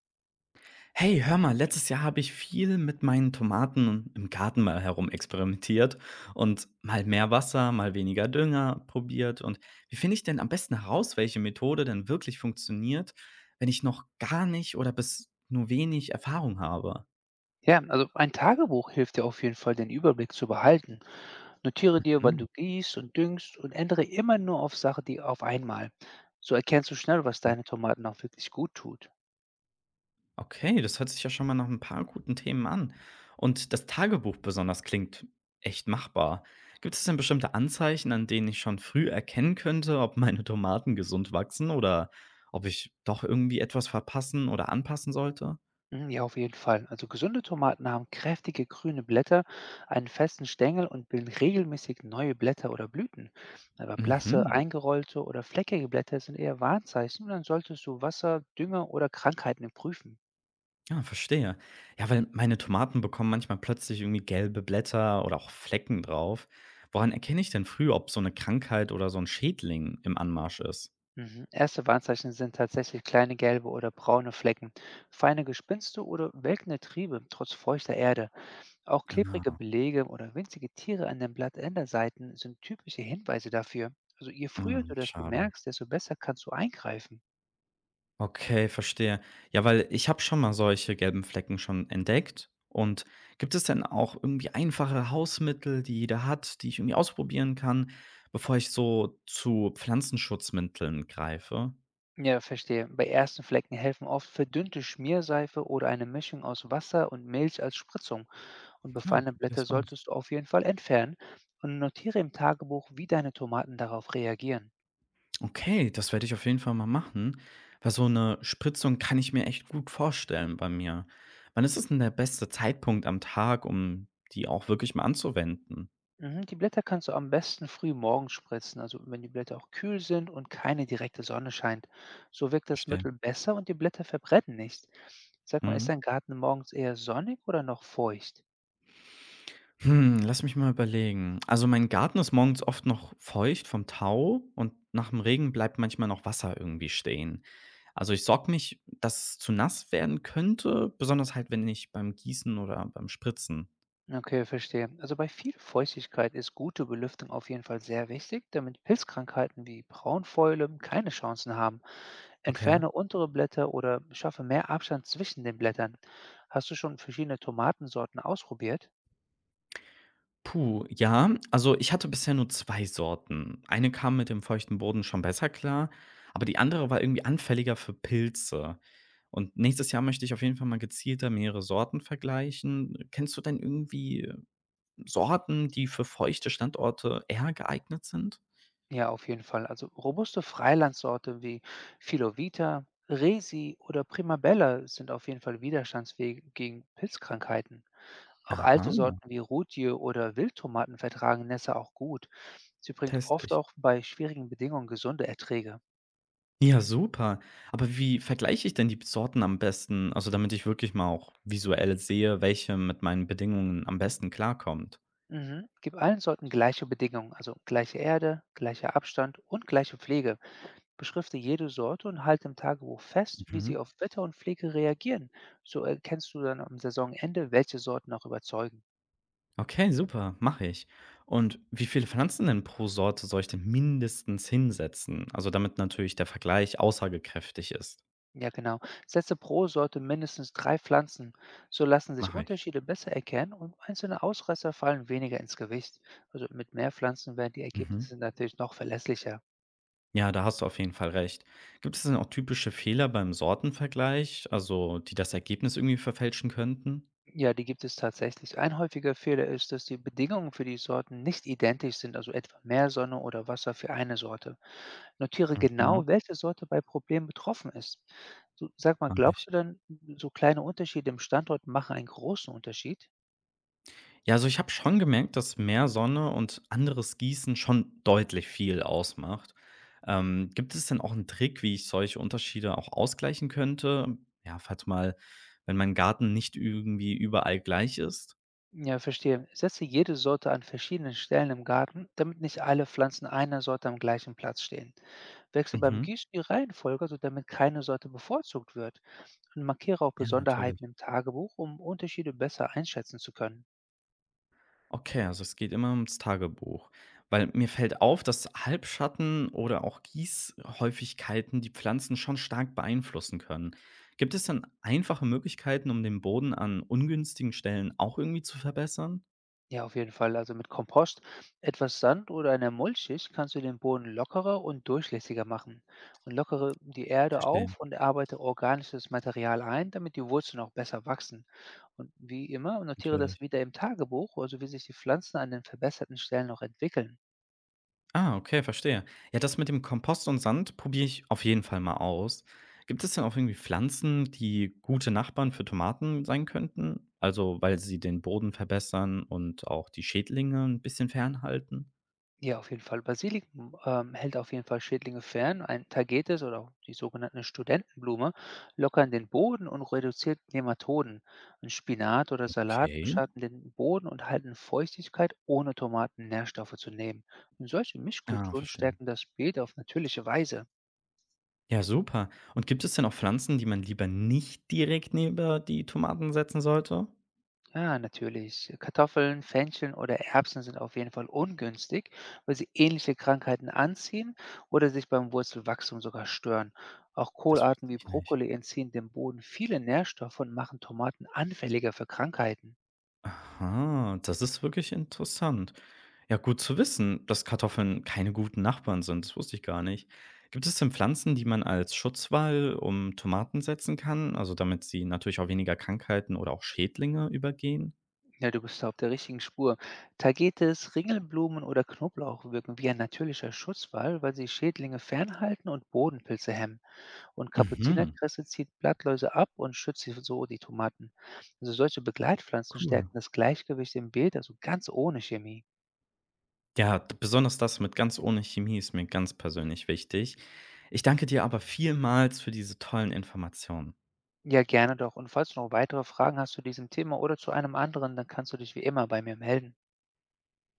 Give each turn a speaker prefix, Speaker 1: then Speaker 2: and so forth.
Speaker 1: Hey, hör mal, letztes Jahr habe ich viel mit meinen Tomaten im Garten mal herumexperimentiert und mal mehr Wasser, mal weniger Dünger probiert. Und wie finde ich denn am besten heraus, welche Methode denn wirklich funktioniert, wenn ich noch gar nicht oder bis nur wenig Erfahrung habe?
Speaker 2: Ja, also ein Tagebuch hilft dir auf jeden Fall, den Überblick zu behalten. Notiere dir, wann du
Speaker 1: Hm.
Speaker 2: gießt und düngst und ändere immer nur auf Sachen, die auf einmal. So erkennst du schnell, was deine Tomaten auch wirklich gut tut.
Speaker 1: Okay, das hört sich ja schon mal nach ein paar guten Themen an. Und das Tagebuch besonders klingt echt machbar. Gibt es denn bestimmte Anzeichen, an denen ich schon früh erkennen könnte, ob meine Tomaten gesund wachsen oder ob ich doch irgendwie etwas verpassen oder anpassen sollte?
Speaker 2: Mhm, ja, auf jeden Fall. Also gesunde Tomaten haben kräftige grüne Blätter, einen festen Stängel und bilden regelmäßig neue Blätter oder Blüten. Aber blasse,
Speaker 1: Mhm.
Speaker 2: eingerollte oder fleckige Blätter sind eher Warnzeichen und dann solltest du Wasser, Dünger oder Krankheiten prüfen.
Speaker 1: Ja, verstehe. Ja, weil meine Tomaten bekommen manchmal plötzlich irgendwie gelbe Blätter oder auch Flecken drauf. Woran erkenne ich denn früh, ob so eine Krankheit oder so ein Schädling im Anmarsch ist?
Speaker 2: Mhm. Erste Warnzeichen sind tatsächlich kleine gelbe oder braune Flecken, feine Gespinste oder welkende Triebe trotz feuchter Erde. Auch klebrige
Speaker 1: Ah,
Speaker 2: Belege oder winzige Tiere an den Blattenderseiten sind typische Hinweise dafür. Also je früher
Speaker 1: mhm,
Speaker 2: du das
Speaker 1: schade.
Speaker 2: bemerkst, desto besser kannst du eingreifen.
Speaker 1: Okay, verstehe. Ja, weil ich habe schon mal solche gelben Flecken schon entdeckt. Und gibt es denn auch irgendwie einfache Hausmittel, die jeder hat, die ich irgendwie ausprobieren kann, bevor ich so zu Pflanzenschutzmitteln greife?
Speaker 2: Ja, verstehe. Bei ersten Flecken helfen oft verdünnte Schmierseife oder eine Mischung aus Wasser und Milch als Spritzung. Und
Speaker 1: Ja,
Speaker 2: befallene Blätter
Speaker 1: probier's aus.
Speaker 2: solltest du auf jeden Fall entfernen und notiere im Tagebuch, wie deine Tomaten darauf reagieren.
Speaker 1: Okay, das werde ich auf jeden Fall mal machen, weil so eine Spritzung kann ich mir echt gut vorstellen bei mir. Wann ist es denn der beste Zeitpunkt am Tag, um die auch wirklich mal anzuwenden?
Speaker 2: Mhm, die Blätter kannst du am besten früh morgens spritzen, also wenn die Blätter auch kühl sind und keine direkte Sonne scheint. So wirkt das
Speaker 1: Verstehe.
Speaker 2: Mittel besser und die Blätter verbrennen nicht. Sag mal, ist
Speaker 1: Mhm.
Speaker 2: dein Garten morgens eher sonnig oder noch feucht?
Speaker 1: Hm, lass mich mal überlegen. Also mein Garten ist morgens oft noch feucht vom Tau und nach dem Regen bleibt manchmal noch Wasser irgendwie stehen. Also ich sorge mich, dass es zu nass werden könnte, besonders halt, wenn ich beim Gießen oder beim Spritzen.
Speaker 2: Okay, verstehe. Also bei viel Feuchtigkeit ist gute Belüftung auf jeden Fall sehr wichtig, damit Pilzkrankheiten wie Braunfäule keine Chancen haben.
Speaker 1: Okay.
Speaker 2: Entferne untere Blätter oder schaffe mehr Abstand zwischen den Blättern. Hast du schon verschiedene Tomatensorten ausprobiert?
Speaker 1: Puh, ja, also ich hatte bisher nur zwei Sorten. Eine kam mit dem feuchten Boden schon besser klar, aber die andere war irgendwie anfälliger für Pilze. Und nächstes Jahr möchte ich auf jeden Fall mal gezielter mehrere Sorten vergleichen. Kennst du denn irgendwie Sorten, die für feuchte Standorte eher geeignet sind?
Speaker 2: Ja, auf jeden Fall. Also robuste Freilandsorte wie Filovita, Resi oder Primabella sind auf jeden Fall widerstandsfähig gegen Pilzkrankheiten. Auch
Speaker 1: Aha,
Speaker 2: alte Sorten wie Rudie oder Wildtomaten vertragen Nässe auch gut. Sie bringt
Speaker 1: teste
Speaker 2: oft
Speaker 1: ich.
Speaker 2: auch bei schwierigen Bedingungen gesunde Erträge.
Speaker 1: Ja, super. Aber wie vergleiche ich denn die Sorten am besten? Also, damit ich wirklich mal auch visuell sehe, welche mit meinen Bedingungen am besten klarkommt.
Speaker 2: Mhm. Gib allen Sorten gleiche Bedingungen, also gleiche Erde, gleicher Abstand und gleiche Pflege. Beschrifte jede Sorte und halte im Tagebuch fest, wie sie
Speaker 1: Mhm.
Speaker 2: auf Wetter und Pflege reagieren. So erkennst du dann am Saisonende, welche Sorten auch überzeugen.
Speaker 1: Okay, super, mache ich. Und wie viele Pflanzen denn pro Sorte soll ich denn mindestens hinsetzen? Also, damit natürlich der Vergleich aussagekräftig ist.
Speaker 2: Ja, genau. Setze pro Sorte mindestens 3 Pflanzen. So lassen sich
Speaker 1: Mache ich.
Speaker 2: Unterschiede besser erkennen und einzelne Ausreißer fallen weniger ins Gewicht. Also mit mehr Pflanzen werden die
Speaker 1: Mhm.
Speaker 2: Ergebnisse natürlich noch verlässlicher.
Speaker 1: Ja, da hast du auf jeden Fall recht. Gibt es denn auch typische Fehler beim Sortenvergleich, also die das Ergebnis irgendwie verfälschen könnten?
Speaker 2: Ja, die gibt es tatsächlich. Ein häufiger Fehler ist, dass die Bedingungen für die Sorten nicht identisch sind, also etwa mehr Sonne oder Wasser für eine Sorte. Notiere
Speaker 1: Mhm,
Speaker 2: genau, welche Sorte bei Problemen betroffen ist. So, sag mal,
Speaker 1: mache
Speaker 2: glaubst
Speaker 1: ich.
Speaker 2: du denn, so kleine Unterschiede im Standort machen einen großen Unterschied?
Speaker 1: Ja, also ich habe schon gemerkt, dass mehr Sonne und anderes Gießen schon deutlich viel ausmacht. Gibt es denn auch einen Trick, wie ich solche Unterschiede auch ausgleichen könnte? Ja, falls mal, wenn mein Garten nicht irgendwie überall gleich ist?
Speaker 2: Ja, verstehe. Setze jede Sorte an verschiedenen Stellen im Garten, damit nicht alle Pflanzen einer Sorte am gleichen Platz stehen. Wechsle beim
Speaker 1: Mhm.
Speaker 2: Gießen die Reihenfolge, so damit keine Sorte bevorzugt wird. Und markiere auch
Speaker 1: Ja, natürlich.
Speaker 2: Besonderheiten im Tagebuch, um Unterschiede besser einschätzen zu können.
Speaker 1: Okay, also es geht immer ums Tagebuch. Weil mir fällt auf, dass Halbschatten oder auch Gießhäufigkeiten die Pflanzen schon stark beeinflussen können. Gibt es dann einfache Möglichkeiten, um den Boden an ungünstigen Stellen auch irgendwie zu verbessern?
Speaker 2: Ja, auf jeden Fall. Also mit Kompost, etwas Sand oder einer Mulchschicht kannst du den Boden lockerer und durchlässiger machen. Und lockere die Erde
Speaker 1: Verstehe,
Speaker 2: auf und arbeite organisches Material ein, damit die Wurzeln auch besser wachsen. Und wie immer, notiere das
Speaker 1: natürlich.
Speaker 2: wieder im Tagebuch, also wie sich die Pflanzen an den verbesserten Stellen noch entwickeln.
Speaker 1: Ah, okay, verstehe. Ja, das mit dem Kompost und Sand probiere ich auf jeden Fall mal aus. Gibt es denn auch irgendwie Pflanzen, die gute Nachbarn für Tomaten sein könnten? Also, weil sie den Boden verbessern und auch die Schädlinge ein bisschen fernhalten?
Speaker 2: Ja, auf jeden Fall. Basilikum, hält auf jeden Fall Schädlinge fern. Ein Tagetes oder auch die sogenannte Studentenblume lockern den Boden und reduziert Nematoden. Ein Spinat oder Salat
Speaker 1: Okay.
Speaker 2: beschatten den Boden und halten Feuchtigkeit, ohne Tomaten Nährstoffe zu nehmen. Und solche
Speaker 1: Ah,
Speaker 2: Mischkulturen
Speaker 1: verstehe.
Speaker 2: stärken das Beet auf natürliche Weise.
Speaker 1: Ja, super. Und gibt es denn auch Pflanzen, die man lieber nicht direkt neben die Tomaten setzen sollte?
Speaker 2: Ja, natürlich. Kartoffeln, Fencheln oder Erbsen sind auf jeden Fall ungünstig, weil sie ähnliche Krankheiten anziehen oder sich beim Wurzelwachstum sogar stören. Auch
Speaker 1: Das
Speaker 2: Kohlarten
Speaker 1: wusste
Speaker 2: wie
Speaker 1: ich nicht.
Speaker 2: Brokkoli entziehen dem Boden viele Nährstoffe und machen Tomaten anfälliger für Krankheiten.
Speaker 1: Aha, das ist wirklich interessant. Ja, gut zu wissen, dass Kartoffeln keine guten Nachbarn sind. Das wusste ich gar nicht. Gibt es denn Pflanzen, die man als Schutzwall um Tomaten setzen kann? Also damit sie natürlich auch weniger Krankheiten oder auch Schädlinge übergehen?
Speaker 2: Ja, du bist da auf der richtigen Spur. Tagetes, Ringelblumen oder Knoblauch wirken wie ein natürlicher Schutzwall, weil sie Schädlinge fernhalten und Bodenpilze hemmen. Und
Speaker 1: Mhm,
Speaker 2: Kapuzinerkresse zieht Blattläuse ab und schützt sie so die Tomaten. Also solche Begleitpflanzen stärken
Speaker 1: cool.
Speaker 2: das Gleichgewicht im Beet, also ganz ohne Chemie.
Speaker 1: Ja, d besonders das mit ganz ohne Chemie ist mir ganz persönlich wichtig. Ich danke dir aber vielmals für diese tollen Informationen.
Speaker 2: Ja, gerne doch. Und falls du noch weitere Fragen hast zu diesem Thema oder zu einem anderen, dann kannst du dich wie immer bei mir melden.